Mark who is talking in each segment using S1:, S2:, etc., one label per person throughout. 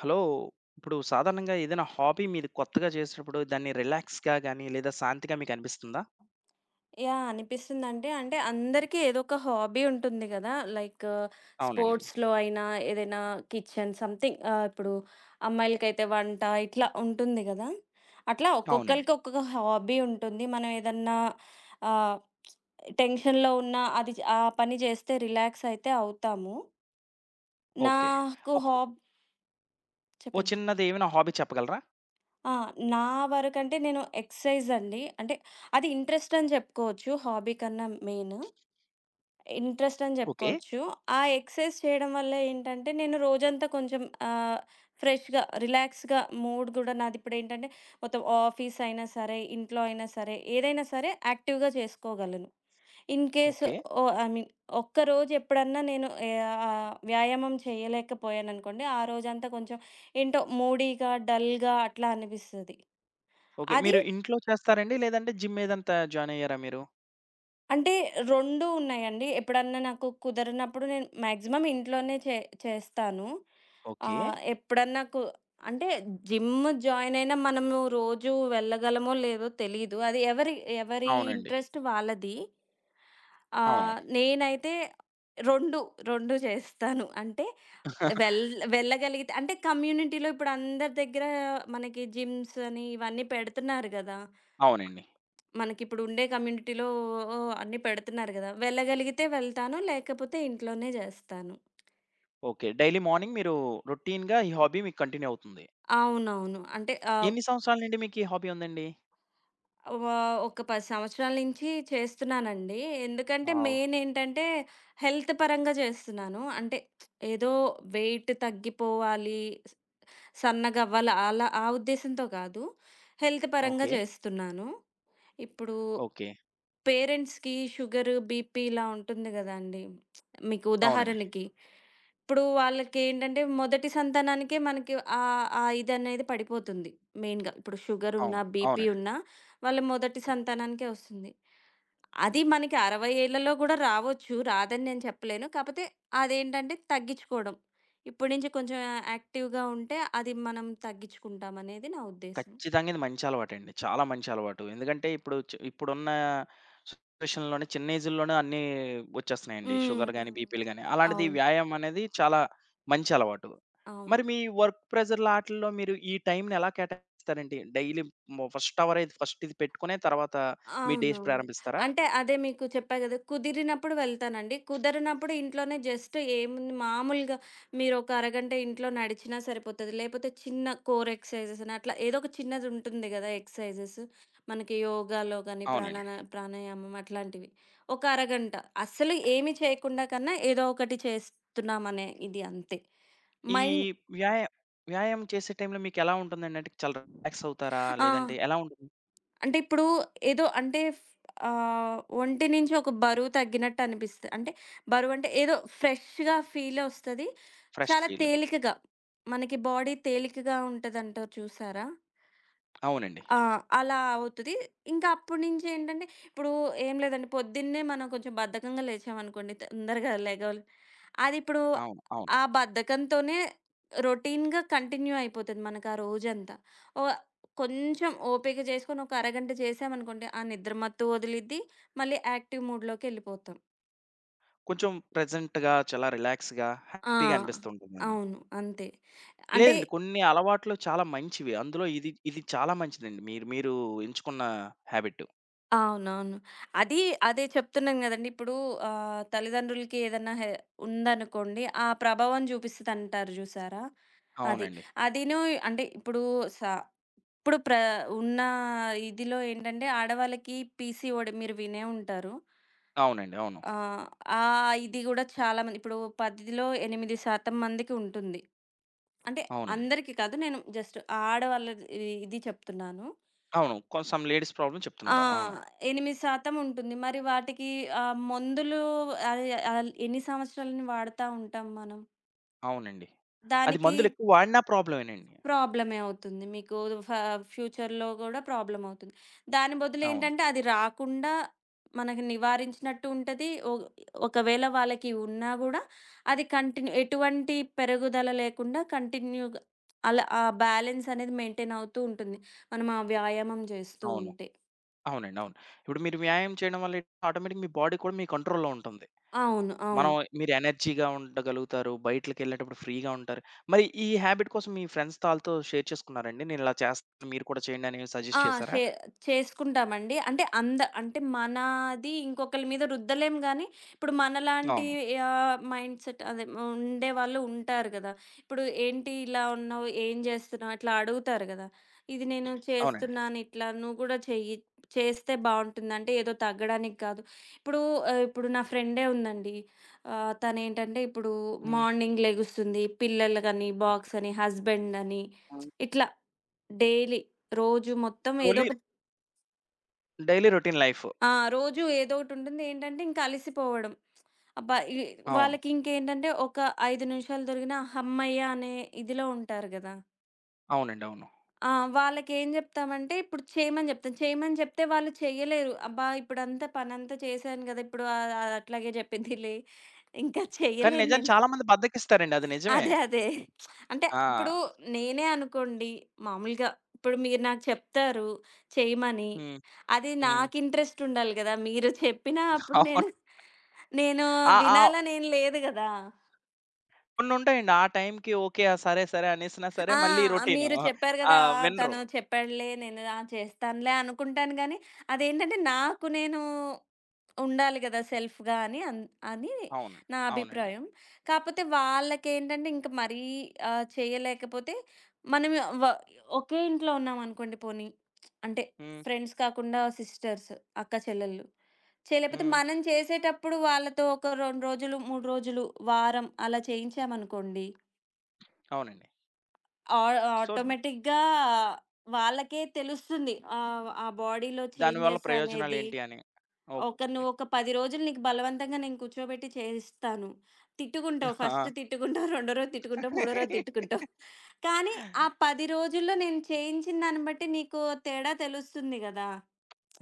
S1: Hello! ఇప్పుడు సాధారణంగా ఏదైనా హాబీ మీరు కొత్తగా చేసేటప్పుడు దాన్ని రిలాక్స్‌గా గాని, లేదా శాంతిగా మీకనిపిస్తుందా?
S2: యాహ్! అనిపిస్తుందంటే, అంటే అందరికీ ఏదో ఒక హాబీ ఉంటుంది గదా! లైక్
S1: అవునండి.
S2: స్పోర్ట్స్‌లో అయినా, ఏదైనా కిచెన్ సంథింగ్. ఇప్పుడు అమ్మాయిలకైతే వంట ఇట్లా ఉంటుంది గదా! అట్లా
S1: అవునండి.
S2: ఒక్కొక్కళ్ళకి ఒక్కొక్క హాబీ ఉంటుంది. మనం ఏదన్నా ఆహ్, టెన్షన్‌లో ఉన్నా అది ఆ పని చేస్తే రిలాక్స్ అయితే అవుతాము.
S1: ఓకే.
S2: నాకు
S1: ఒక
S2: హాబ్
S1: ఓ
S2: చెప్పండి.
S1: చిన్నది ఏమైనా హాబీ చెప్పగలరా?
S2: ఆ! నా వరకంటే నేను ఎక్సర్సైజ్ అండి. అంటే అది ఇంట్రెస్ట్ అని చెప్పుకోవచ్చు. హాబీ కన్నా మెయిన్. ఇంట్రెస్ట్ అని
S1: ఓకే.
S2: జెప్పుకోవచ్చు. ఆ ఎక్సర్‌సైజ్ చేయడం వల్ల ఏంటంటే, నేను రోజంతా కొంచెం ఆహ్, ఫ్రెష్‌గా, రిలాక్స్‌గా మూడ్ గూడా నాదిప్పుడేంటంటే, మొత్తం ఆఫీస్ అయినా సరే, ఇంట్లో అయినా సరే, ఏదైనా సరే యాక్టివ్‌గా చేసుకోగలను. In case
S1: okay.
S2: Oh! I mean ఒక్క రోజు ఎప్పుడన్నా వ్యాయామం చేయలేకపోయాననుకోండి, ఆ రోజంతా కొంచెం ఏంటో మూడీగా, డల్‌గా అట్లా అనిపిస్తది.
S1: ఓకే.
S2: అది
S1: మీరు ఇంట్లో చేస్తారండి? లేదంటే జిమ్ ఏదంతా జాయిన్ అయ్యారా మీరు?
S2: అంటే 2 ఉన్నాయండి. ఎప్పుడన్నా నాకు కుదరనప్పుడు నేను మాక్సిమం ఇంట్లోనే చేస్తాను.
S1: ఓకే.
S2: ఆహ్, ఎప్పుడన్నా కు అంటే జిమ్ జాయిన్ అయినా మనము రోజు వెళ్ళగలమో లేదో తెలీదు. అది ఎవరి ఎవరి అవును.
S1: అవునండి.
S2: ఇంట్రెస్ట్ వాళ్ళది. అవును.
S1: అవును.
S2: నేనైతే 2, 2 చేస్తాను. అంటే వెళ్ వెళ్ళగలిగితే అంటే కమ్యూనిటీలో ఇప్పుడు అందరి దగ్గర మనకి జిమ్స్ అని ఇవన్నీ పెడుతున్నారు గదా!
S1: అవునండి.
S2: మనకిప్పుడు ఉండే కమ్యూనిటీలో అన్నీ పెడుతున్నారు గదా! వెళ్ళగలిగితే వెళ్తాను. లేకపోతే ఇంట్లోనే జేస్తాను.
S1: ఓకే. డైలీ మార్నింగ్ మీరు రొటీన్‌గా ఈ హాబీ మీకు కంటిన్యూ అవుతుంది.
S2: అవునవును. అంటే ఆహ్,
S1: ఎన్ని సంవత్సరాల నుండి మీకు ఈ హాబీ ఉందండి?
S2: వ ఒక 10 సంవత్సరాల నుంచి చేస్తున్నానండి. ఎందుకంటే
S1: వావ్!
S2: మెయిన్ ఏంటంటే హెల్త్ పరంగా జేస్తున్నాను. అంటే ఏదో వెయిట్ తగ్గిపోవాలి, స్ సన్నగవ్వాలి అలా ఆ ఉద్దేశంతో కాదు. హెల్త్ పరంగా
S1: ఓకే.
S2: జేస్తున్నాను. ఇప్పుడు
S1: ఓకే.
S2: పేరెంట్స్‌కి షుగర్, బీపీ ఇలా ఉంటుంది గదండీ! మీకు
S1: అవునండి.
S2: ఉదాహరణకి, ఇప్పుడు వాళ్ళకేంటంటే మొదటి సంతానానికే మనకి ఆ ఇదనేది పడిపోతుంది మెయిన్‌గా. ఇప్పుడు షుగర్ ఉన్నా,
S1: అవును.
S2: బీపీ
S1: అవునండి.
S2: ఉన్నా వాళ్ళ మొదటి సంతానానికే వస్తుంది. అది మనకి 60 ఏళ్లలో గూడా రావచ్చు. రాదని నేను చెప్పలేను. కాపోతే అదేంటంటే తగ్గించుకోవడం. ఇప్పటి నుంచి కొంచెం యాక్టివ్‌గా ఉంటే అది మనం తగ్గించుకుంటామనేది నా ఉద్దేశ్యం.
S1: ఖచ్చితంగా ఇది మంచి అలవాటండి. చాలా మంచి అలవాటు. ఎందుకంటే ఇప్పుడు ఇప్పుడున్న సిట్యుయేషన్‌లోనే చిన్న ఏజ్‌ల్లోనే అన్నీ వచ్చేస్తున్నాయండి.
S2: హ్మ్.
S1: షుగర్
S2: హ్మ్.
S1: గాని, బీపీలు గాని. అలాంటిది ఈ
S2: అవును.
S1: వ్యాయామం అనేది చాలా మంచి అలవాటు.
S2: అవును.
S1: మరి మీ వర్క్ ప్రెషర్‌ల ఆటిల్లో మీరు ఈ టైంని ఎలా కేటాయిస్తారండి? డైలీ ఫస్ట్ అవర్ అయితే ఫస్ట్ ఇది పెట్టుకునే తర్వాత మీ డేస్
S2: అవునవును.
S1: ప్రారంభిస్తారా?
S2: అంటే అదే మీకు చెప్పా గదా! కుదిరినప్పుడు వెళ్తానండి. కుదరనప్పుడు ఇంట్లోనే జస్ట్ ఏముంది, మామూలుగా మీరొక అరగంట ఇంట్లో నడిచినా సరిపోతది. లేపోతే చిన్న కోర్ ఎక్సర్‌సైజెస్ అని అట్లా ఏదో ఒక చిన్నది ఉంటుంది గదా! ఎక్సర్‌సైజెస్. మనకి యోగాలో గాని
S1: అవునండి.
S2: ప్రాణాయామం అట్లాంటివి. ఒక అరగంట అస్సలు ఏమి చేయకుండా కన్నా ఏదో ఒకటి చేస్తున్నామనే ఇది అంతే.
S1: ఈ
S2: మైండ్
S1: వ్యాయా వ్యాయామం చేసే టైంలో మీకెలా ఉంటుందండి? అంటే చాలా రిలాక్స్ అవుతారా?
S2: ఆ!
S1: లేదంటే ఎలా ఉంటుంది?
S2: అంటే ఇప్పుడు ఏదో అంటే ఫ్ ఆహ్, ఒంటి నుంచి ఒక బరువు తగ్గినట్టు అనిపిస్తది. అంటే బరువంటే ఏదో ఫ్రెష్‌గా ఫీలొస్తది.
S1: ఫ్రెష్
S2: చాలా
S1: ఫీల్.
S2: తేలికగా మనకి బాడీ తేలికగా ఉంటదంటారు చూసారా?
S1: అవునండి.
S2: ఆ! అలా అవుతది. ఇంకా అప్పటి నుంచి ఏంటంటే, ఇప్పుడు ఏం లేదండి, పొద్దున్నే మనం కొంచెం బద్ధకంగా లేచామనుకోండి తొందరగా లెగవాలి. అది ఇప్పుడు
S1: అవును. అవును.
S2: ఆ బద్ధకంతోనే రొటీన్‌గా కంటిన్యూ అయిపోతది మనకు ఆ రోజంతా. ఓ కొంచెం ఓపిక చేసుకొని ఒక అరగంట చేశామనుకోండి, ఆ నిద్ర మత్తు వదిలిద్ది. మళ్ళీ యాక్టివ్ మూడ్‌లోకెళ్ళిపోతాం.
S1: కొంచెం ప్రెజెంట్‌గా, చాలా రిలాక్స్‌గా,
S2: ఆ!
S1: హ్యాపీగా అనిపిస్తూ ఉంటుందండి.
S2: అవును. అంతే. అంటే
S1: లేదండి. కొన్ని అలవాట్లు చాలా మంచివి. అందులో ఇది చాలా మంచిదండి. మీరు ఎంచుకున్న హాబిటు.
S2: అవునవును. అది అదే చెప్తున్నాను గదండీ! ఇప్పుడు తల్లిదండ్రులకి ఏదన్నా హె ఉందనుకోండి, ఆ ప్రభావం చూపిస్తదంటారు జూసారా? అది.
S1: అవునండి.
S2: అవును. అదిను అంటే ఇప్పుడు స ఇప్పుడు ప్ర ఉన్న ఇదిలో ఏంటంటే ఆడవాళ్ళకి పీసీఓడి మీరు వినే ఉంటారు.
S1: అవునండి. అవును.
S2: ఆహ్, ఆ ఇది గూడా చాలా మంది ఇప్పుడు 10లో 8% మందికి ఉంటుంది. అంటే
S1: అవునండి.
S2: అందరికి కాదు. నేను జస్ట్ ఆడవాళ్ళది ఇది ఇది చెప్తున్నాను.
S1: అవును. సమ్ లేడీస్ ప్రాబ్లమ్
S2: ఆ!
S1: చెప్తున్నారు. అవును.
S2: 8% ఉంటుంది. మరి వాటికి మందులు అది ఆల్ ఎన్ని సంవత్సరాలని వాడతా ఉంటాం మనం.
S1: అవునండి. అది
S2: దానికి
S1: మందులెక్కువ వాడినా ప్రాబ్లమేనండి.
S2: ప్రాబ్లమే అవుతుంది. మీకు ఫ ఫ్యూచర్‌లో గూడా ప్రాబ్లమ్ అవుతుంది. దాని బదులు
S1: అవును.
S2: ఏంటంటే అది రాకుండా మనకి నివారించినట్టు ఉంటది. ఒకవేళ వాళ్ళకి ఉన్నా గూడా అది కంటిన్యూ ఎటువంటి పెరుగుదల లేకుండా కంటిన్యూ‌గా అలా ఆ బ్యాలెన్స్ అనేది మెయింటైన్ అవుతూ ఉంటుంది. మనం ఆ వ్యాయామం జేస్తూ
S1: అవును.
S2: ఉంటే.
S1: అవునండి. అవును. ఇప్పుడు మీరు వ్యాయామం చేయడం వల్ల ఆటోమేటిక్‌గా మీ బాడీ కూడా మీ కంట్రోల్‌లో ఉంటుంది.
S2: అవును.
S1: మనం
S2: అవును.
S1: మీరు ఎనర్జీగా ఉండగలుగుతారు. బయటలకెళ్ళేటప్పుడు ఫ్రీగా ఉంటారు. మరి ఈ హాబిట్ కోసం మీ ఫ్రెండ్స్ తాళ్ళతో షేర్ చేసుకున్నారండి? నేను ఇలా చేస్తాను మీరు కూడా చేయండి అని
S2: ఆ!
S1: సజెస్ట్ చేసారా?
S2: షే చేసుకుంటామండి. అంటే మనది ఇంకొకళ్ళ మీద రుద్దలేం గానీ, ఇప్పుడు మనలాంటి
S1: అవును.
S2: మైండ్ సెట్ అదే ఉండేవాళ్ళు ఉంటారు గదా! ఇప్పుడు "ఏంటి ఇలా ఉన్నావు? ఏం జేస్తున్నావు?" ఇట్లా అడుగుతారు గదా! ఇది నేను
S1: అవునండి.
S2: చేస్తున్నాను ఇట్లా, "నువ్వు గూడా చెయ్యి. చేస్తే బావుంటుంది." అంటే ఏదో తగ్గడానికి కాదు. ఇప్పుడు ఇప్పుడు నా ఫ్రెండే ఉందండి. తనేంటంటే ఇప్పుడు
S1: హ్మ్.
S2: మార్నింగ్ లెగుస్తుంది. పిల్లలు గని,
S1: ఓకే.
S2: బాక్స్ అని, హస్బెండ్ అని
S1: హ్మ్.
S2: ఇట్లా డైలీ రోజు మొత్తం ఏదో
S1: డోలీ
S2: ఒక
S1: డైలీ రొటీన్ లైఫ్.
S2: ఆ! రోజు ఏదో ఒకటుంటుంది. ఏంటంటే ఇంక అలిసిపోవడం. అబ్బా!
S1: అవును.
S2: వాళ్ళకింకేంటంటే ఒక 5 నిమిషాలు దొరికినా హమ్మయ్య అనే ఇదిలో ఉంటారు గదా!
S1: అవునండి. అవును.
S2: ఆ! వాళ్ళకేం జెప్తామంటే ఇప్పుడు చేయమని జెప్తాం. చేయమని జెప్తే వాళ్ళు చెయ్యలేరు. అబ్బా! ఇప్పుడంతా పనంతా చేశాను గదా! ఇప్పుడు అట్లాగే జెప్పిద్దిలే. ఇంకా
S1: కానీ
S2: చెయ్యలేను
S1: నిజానికి
S2: నేను.
S1: చాలా మంది బద్ధకిస్తారండి. అది నిజమే.
S2: అదే. అంటే
S1: ఆ!
S2: ఇప్పుడు నేనే అనుకోండి, మామూలుగా ఇప్పుడు మీరు నాకు చెప్తారు చేయమని.
S1: హ్మ్.
S2: అది
S1: హ్మ్.
S2: నాకు ఇంట్రెస్ట్ ఉండాలి గదా! మీరు చెప్పినా అప్పుడు నేను
S1: అవును.
S2: నేను
S1: ఆ! ఆ!
S2: వినాలనేం లేదు గదా!
S1: కొన్నుంటాయండి. ఆ టైంకి ఓకే. ఆ! సరే, సరే అనేసినా సరే
S2: ఆ!
S1: మళ్ళీ రొటీను.
S2: మీరు చెప్పారు గదా!
S1: ఆహ్,
S2: ఆ!
S1: వినరు.
S2: తను చెప్పాడులే, నేను ఆ! చేస్తానులే అనుకుంటాను గానీ, అదేంటంటే నాకు నేను ఉండాలి గదా! సెల్ఫ్‌గా అని
S1: అవును.
S2: నా
S1: అవునండి.
S2: అభిప్రాయం. కాపోతే వాళ్ళకేంటంటే ఇంక మరీ చేయలేకపోతే మనం వ ఒకే ఇంట్లో ఉన్నామనుకోండి పోనీ, అంటే
S1: హ్మ్.
S2: ఫ్రెండ్స్ కాకుండా సిస్టర్స్, అక్క చెల్లెళ్ళు. చేయలేకపోతే
S1: హ్మ్.
S2: మనం చేసేటప్పుడు వాళ్ళతో ఒక 2 రోజులు, 3 రోజులు, వారం అలా చేయించామనుకోండి.
S1: అవునండి.
S2: ఆ
S1: సో
S2: ఆటోమేటిక్‌గా వాళ్ళకే తెలుస్తుంది. ఆ బాడీలో
S1: దానివల్ల
S2: చేంజెస్ అనేది.
S1: ప్రయోజనాలేంటి అని. ఓహ్!
S2: నువ్వు ఒక 10 రోజులు నీకు బలవంతంగా నేను కూర్చోబెట్టి చేయిస్తాను. తిట్టుకుంటావు. ఫస్ట్
S1: ఆ!
S2: తిట్టుకుంటావు. రెండో రోజు తిట్టుకుంటావు. మూడో రోజు తిట్టుకుంటావు. కానీ ఆ 10 రోజుల్లో నేను చేయించిన దాన్ని బట్టి నీకు తేడా తెలుస్తుంది గదా!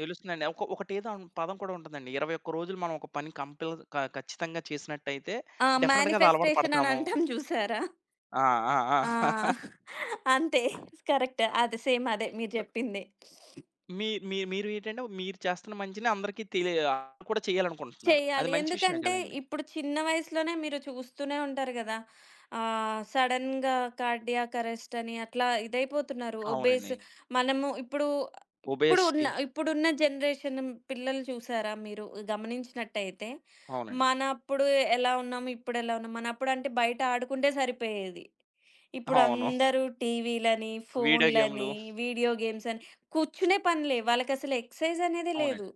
S1: తెలుస్తుందండి. ఒకటేదో పదం కూడా ఉంటదండి. 21 రోజులు మనం ఒక పని కంపల్ క ఖచ్చితంగా చేసినట్టయితే
S2: ఆ!
S1: డెఫినిట్‌గా అది అలవాటు
S2: మేనిఫెస్టేషన్ అని
S1: పడతాము.
S2: అంటాం చూసారా?
S1: ఆ! ఆ!
S2: ఆ!
S1: ఆ!
S2: అంతే. కరెక్ట్. అది సేమ్ అదే మీరు జెప్పింది.
S1: మీ మీ మీరు ఏంటంటే మీరు చేస్తున్న మంచిని అందరికీ అందరూ కూడా చేయాలనుకుంటున్నారు. అది
S2: చేయాలి.
S1: మంచి విషయమే
S2: ఎందుకంటే
S1: కదండీ!
S2: ఇప్పుడు చిన్న వయసులోనే మీరు చూస్తూనే ఉంటారు గదా! సడెన్‌గా కార్డియాక్ అరెస్ట్ అని అట్లా ఇదైపోతున్నారు. ఒబేస్
S1: అవునండి.
S2: మనము ఇప్పుడు ఇప్పుడు ఉన్న
S1: ఒబేసిటీ
S2: ఇప్పుడున్న జనరేషన్ పిల్లలు చూసారా మీరు గమనించినట్టయితే?
S1: అవునండి.
S2: మనప్పుడు ఎలా ఉన్నాము? ఇప్పుడెలా ఉన్నాం? మనప్పుడు అంటే బయట ఆడుకుంటే సరిపోయేది. ఇప్పుడు
S1: అవును.
S2: అందరూ టీవీలని,
S1: వీడియో గేమ్‌లు
S2: ఫోనులని, వీడియో గేమ్స్ అని కూర్చునే పని లే. వాళ్ళకసలు ఎక్సర్సైజ్ అనేది లేదు.
S1: అవునండి.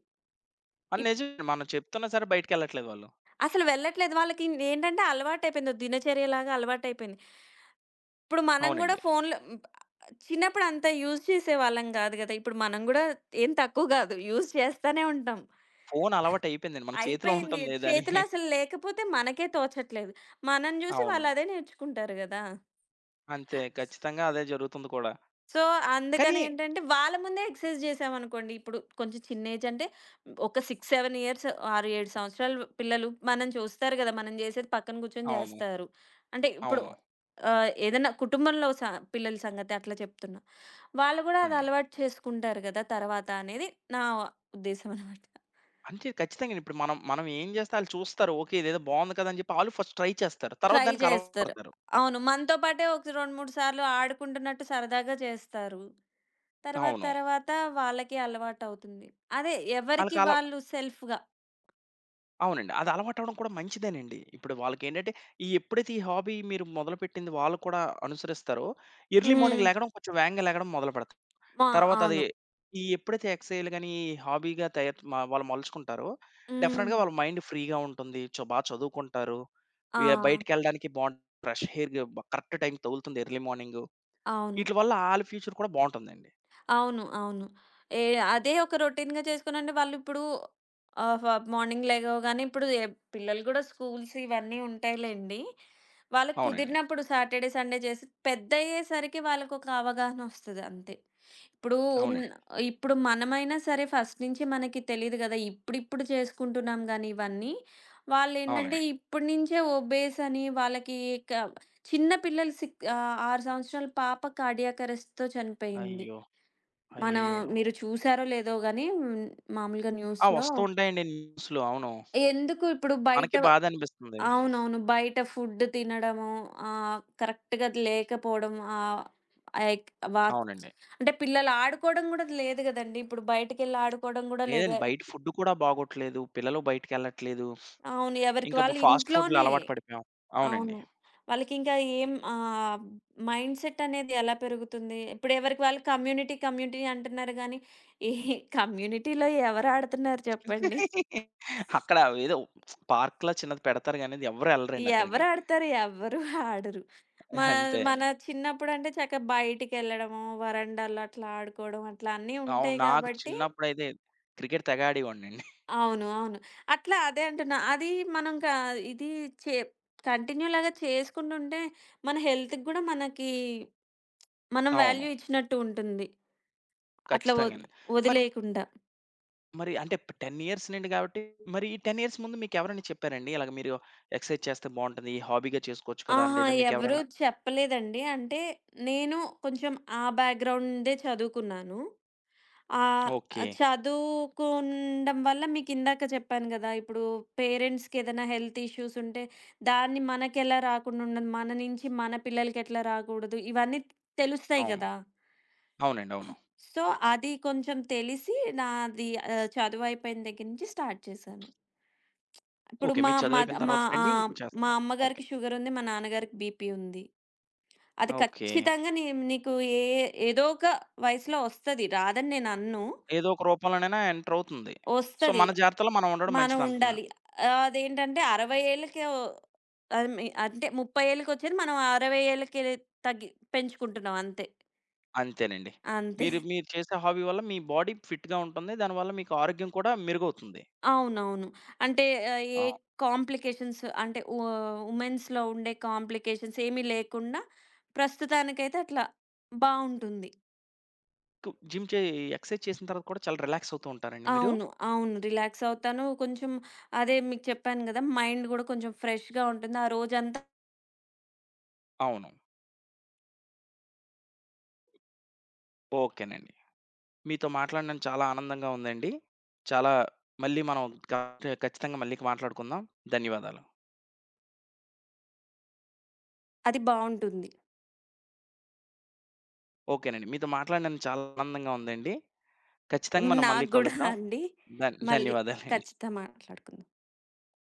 S1: అది నిజమే మనం చెప్తున్నా సరే బయటికెళ్ళట్లేదు వాళ్ళు.
S2: అసలు వెళ్ళట్లేదు. వాళ్ళకి ఏంటంటే అలవాటైపోయింది. ఓ దినచర్యలాగా అలవాటైపోయింది. ఇప్పుడు మనం గూడా
S1: అవునండి.
S2: ఫోన్‌లో హ్మ్. చిన్నప్పుడు అంత యూజ్ చేసేవాళ్ళం గాదు గదా! ఇప్పుడు మనం గూడా ఏం తక్కువ గాదు. యూజ్ చేస్తానే ఉంటాం.
S1: ఫోను అలవాటయిపోయిందండి. మన చేతిలో
S2: అయిపోయింది.
S1: ఉంటుంది దాని
S2: చేతిలో అసలు లేకపోతే మనకే తోచట్లేదు. మనం జూసి
S1: అవును.
S2: వాళ్ళదే నేర్చుకుంటారు గదా!
S1: అంతే. ఖచ్చితంగా అదే జరుగుతుంది కూడా.
S2: సో,
S1: కానీ
S2: అందుకనేంటంటే వాళ్ళ ముందే ఎక్సర్సైజ్ చేశామనుకోండి. ఇప్పుడు కొంచెం చిన్న ఏజ్ అంటే ఒక 6, 7 6, 7 సంవత్సరాలు పిల్లలు మనం చూస్తారు గదా! మనం జేసేది పక్కన కూర్చొని
S1: అవును.
S2: జేస్తారు. అంటే ఇప్పుడు
S1: అవును.
S2: అవును. ఆహ్, ఏదన్నా కుటుంబంలో స పిల్లల సంగతి అట్లా చెప్తున్నా. వాళ్ళు గూడా అది
S1: అవునండి.
S2: అలవాటు చేసుకుంటారు గదా! తర్వాత అనేది నా ఉద్దేశం అనమాట.
S1: అంతే ఖచ్చితంగా ఇప్పుడు మనం మనం ఏం చేస్తే ఆళ్ళు చూస్తారు. ఓకే. ఇదేదో బావుంది కదా! అని చెప్పి ఆళ్ళు ఫస్ట్ ట్రై చేస్తారు. తర్వాత
S2: ట్రై
S1: దానికి అలవాటు
S2: చేస్తారు.
S1: పడతారు.
S2: అవును. మనతో పాటే ఒక 2, 3 సార్లు ఆడుకుంటున్నట్టు సరదాగా చేస్తారు. తర్వాత
S1: అవును.
S2: తర్వాత వాళ్ళకి అలవాటవుతుంది. అదే ఎవరికి
S1: ఆళ్ళకి అల
S2: వాళ్ళు సెల్ఫ్‌గా.
S1: అవునండి. అది అలవాటు అవ్వడం కూడా మంచిదేనండి. ఇప్పుడు వాళ్ళకేంటంటే ఎప్పుడైతే ఈ హాబీ మీరు మొదలుపెట్టింది వాళ్ళు కూడా అనుసరిస్తారో ఎర్లీ
S2: హ్మ్.
S1: మార్నింగ్ లెగడం కొంచెం వేగంగా లెగడం మొదలుపెడతారు.
S2: మా
S1: తర్వాతది
S2: అవును.
S1: ఎప్పుడైతే ఎక్సైల్ గాని, ఈ హాబీగా తయారు మ వాళ్ళు మలుచుకుంటారో,
S2: హ్మ్.
S1: డెఫినిట్‌గా వాళ్ళ మైండ్ ఫ్రీగా ఉంటుంది. బా చదువుకుంటారు. ఇగ
S2: ఆ!
S1: బయటికెళ్ళడానికి బావుంటుంది. ఫ్రెష్ ఎయిర్ కరెక్ట్ టైంకి తగులుతుంది ఎర్లీ మార్నింగు.
S2: అవును.
S1: ఈట్లి వల్ల ఆళ్ళ ఫ్యూచర్ కూడా బావుంటుందండి.
S2: అవును. అవును. ఏ అదే ఒక రొటీన్‌గా చేసుకునండి, వాళ్ళిప్పుడు ఆహ్, ఫ మార్నింగ్ లెగవగానే ఇప్పుడు ఎ పిల్లలు గూడా స్కూల్స్ ఇవన్నీ ఉంటాయిలెండి. వాళ్ళకి
S1: అవునండి.
S2: కుదిరినప్పుడు సాటర్‌డే, సండే చేసి పెద్దయ్యేసరికి వాళ్ళకొక అవగాహనొస్తది అంతే. ఇప్పుడు ఉన్న
S1: అవునండి.
S2: ఇప్పుడు మనమైనా సరే ఫస్ట్ నుంచి మనకి తెలీదు గదా! ఇప్పుడిప్పుడు చేసుకుంటున్నాం గానీ ఇవన్నీ. వాళ్ళేంటంటే
S1: అవునండి.
S2: అవునండి, ఇప్పటి నుంచే ఒబేస్ అని వాళ్ళకి క చిన్న పిల్లలు సిక్. 6 సంవత్సరాల పాప కార్డియాక్ అరెస్ట్‌తో చనిపోయింది.
S1: అయ్యో!
S2: మనం
S1: అయ్యో!
S2: మీరు చూసారో లేదో గానీ హ్మ్, మామూలుగా
S1: ఆ!
S2: న్యూస్‌లో.
S1: వస్తూ ఉంటాయండి న్యూస్‌లు. అవును.
S2: ఎందుకు ఇప్పుడు బయట
S1: మనకి బాధ అనిపిస్తుంది.
S2: అవునవును. బయట ఫుడ్ తినడము కరెక్ట్‌గా లేకపోవడం, ఆహ్, ఎక్ వా
S1: అవునండి.
S2: అంటే పిల్లలు ఆడుకోవడం గూడా లేదు గదండీ! ఇప్పుడు బయటికెళ్ళి ఆడుకోవడం గూడా లేదు.
S1: లేదండి. బయట ఫుడ్ కూడా బాగోట్లేదు. పిల్లలు బయటికెళ్ళట్లేదు.
S2: అవును. ఎవరికి
S1: ఇంకా బ
S2: వాళ్ళు
S1: ఫాస్ట్ ఫుడ్‌లు
S2: ఇంట్లోనే.
S1: అలవాటు పడిపోయాం.
S2: అవును.
S1: అవునండి.
S2: వాళ్ళకింకా ఏం ఆహ్, మైండ్‌సెట్ అనేది ఎలా పెరుగుతుంది? ఇప్పుడు ఎవరికి వాళ్ళు కమ్యూనిటీ, కమ్యూనిటీ అంటున్నారు గానీ, ఈ కమ్యూనిటీలో ఎవరు ఆడుతున్నారు చెప్పండి?
S1: అక్కడ ఏదో పార్క్‌లా చిన్నది పెడతారు గానీ అది ఎవ్వరు ఎళ్ళరండి అక్కడికి.
S2: ఎవరాడతారు? ఎవ్వరు ఆడరు. మా
S1: అంతే.
S2: మన చిన్నప్పుడంటే చక్కగా బయటికెళ్ళడము, వరండాలో అట్లా ఆడుకోవడం, అట్లా అన్నీ
S1: అవును.
S2: ఉంటాయి
S1: నాకు
S2: గాబట్టి
S1: చిన్నప్పుడైతే క్రికెట్ తెగ ఆడేవాడినండి.
S2: అవును. అవును. అట్లా అదే అంటున్నా. అది మనం క ఇది చే కంటిన్యూలాగా చేసుకుంటుంటే, మన హెల్త్‌కి గూడా మనకి మనం
S1: అవును.
S2: వాల్యూ ఇచ్చినట్టు ఉంటుంది. అట్లా వ
S1: ఖచ్చితంగానండి. మరి
S2: వదిలేయకుండా.
S1: మరి అంటే 10 ఇయర్స్ నుండి కాబట్టి మరి ఈ 10 ఇయర్స్ ముందు మీకెవరైనా చెప్పారండి? ఇలాగ మీరు ఎక్సర్సైజ్ చేస్తే బావుంటది. హాబీగా చేసుకోవచ్చు కదా! అని
S2: ఆహా!
S1: లేదా
S2: ఎవరు
S1: మీకెవరైనా
S2: చెప్పలేదండి. అంటే నేను కొంచెం ఆ బ్యాక్‌గ్రౌండే చదువుకున్నాను. ఆహ్,
S1: ఓకే.
S2: చదువుకుండం వల్ల మీకిందాక చెప్పాను గదా! ఇప్పుడు పేరెంట్స్‌కి ఏదైనా హెల్త్ ఇష్యూస్ ఉంటే దాన్ని మనకెలా రాకుండా ఉండదు, మన నుంచి మన పిల్లలకెట్లా రాకూడదు ఇవన్నీ తెలుస్తాయి
S1: అవును.
S2: గదా!
S1: అవునండి. అవును.
S2: సో, అది కొంచెం తెలిసి నాది ఆహ్, చదువయిపోయిన దగ్గర నుంచి స్టార్ట్ చేశాను. ఇప్పుడు
S1: ఓకే.
S2: మా
S1: మీరు
S2: మాద్
S1: చదువయిపోయిన
S2: మా
S1: తర్వాత
S2: ఆ!
S1: నుండి ఇప్పుడు
S2: మా
S1: చేస్తున్నారు. ఓకే.
S2: అమ్మగారికి షుగరుంది. మా నాన్నగారికి బీపీ ఉంది. అది
S1: ఓకే.
S2: ఖచ్చితంగా నీకు ఏ ఏదో ఒక వయసులో ఒస్తది. రాదని నేననను.
S1: ఏదో ఒక రూపంలోనైనా ఎంటర్ అవుతుంది. సో,
S2: ఒస్తది.
S1: మన జాగ్రత్తలో మనం ఉండడం
S2: మనం
S1: మంచిదంటున్నారు.
S2: ఉండాలి. అదేంటంటే 60 ఏళ్ళకే అది మీ అంటే 30 ఏళ్ళకొచ్చేది మనం 60 ఏళ్ళకి తగ్గి పెంచుకుంటున్నాం అంతే.
S1: అంతేనండి.
S2: అంతే.
S1: మీరు మీరు చేసే హాబీ వల్ల మీ బాడీ ఫిట్‌గా ఉంటుంది. దానివల్ల మీకు ఆరోగ్యం కూడా మెరుగవుతుంది.
S2: అవునవును. అంటే ఆహ్, ఏ
S1: ఆ!
S2: కాంప్లికేషన్స్ అంటే వుమెన్స్‌లో ఉండే కాంప్లికేషన్స్ ఏమీ లేకుండా ప్రస్తుతానికైతే అట్లా బావుంటుంది.
S1: కు జిమ్ చే ఎక్సర్సైజ్ చేసిన తర్వాత కూడా చాలా రిలాక్స్ అవుతూ ఉంటారండి మీరు?
S2: అవును. అవును. రిలాక్స్ అవుతాను. కొంచెం అదే మీకు చెప్పాను గదా! మైండ్ గూడా కొంచెం ఫ్రెష్‌గా ఉంటుంది. ఆ రోజంతా
S1: అవును. ఓకేనండి. మీతో మాట్లాడడం చాలా ఆనందంగా ఉందండి. చాలా మళ్ళీ మనం ఖచ్చితంగా మళ్ళీ మాట్లాడుకుందాం. ధన్యవాదాలు.
S2: అది బావుంటుంది.
S1: ఓకేనండి. మీతో మాట్లాడినందుకు చాలా ఆనందంగా ఉందండి. ఖచ్చితంగా మనం
S2: నాకు
S1: మళ్ళీ
S2: గూడా
S1: కలుద్దాం.
S2: అండి. మళ్ళీ
S1: ధన్యవాదాలండి.
S2: ఖచ్చితంగా మాట్లాడుకుందాం.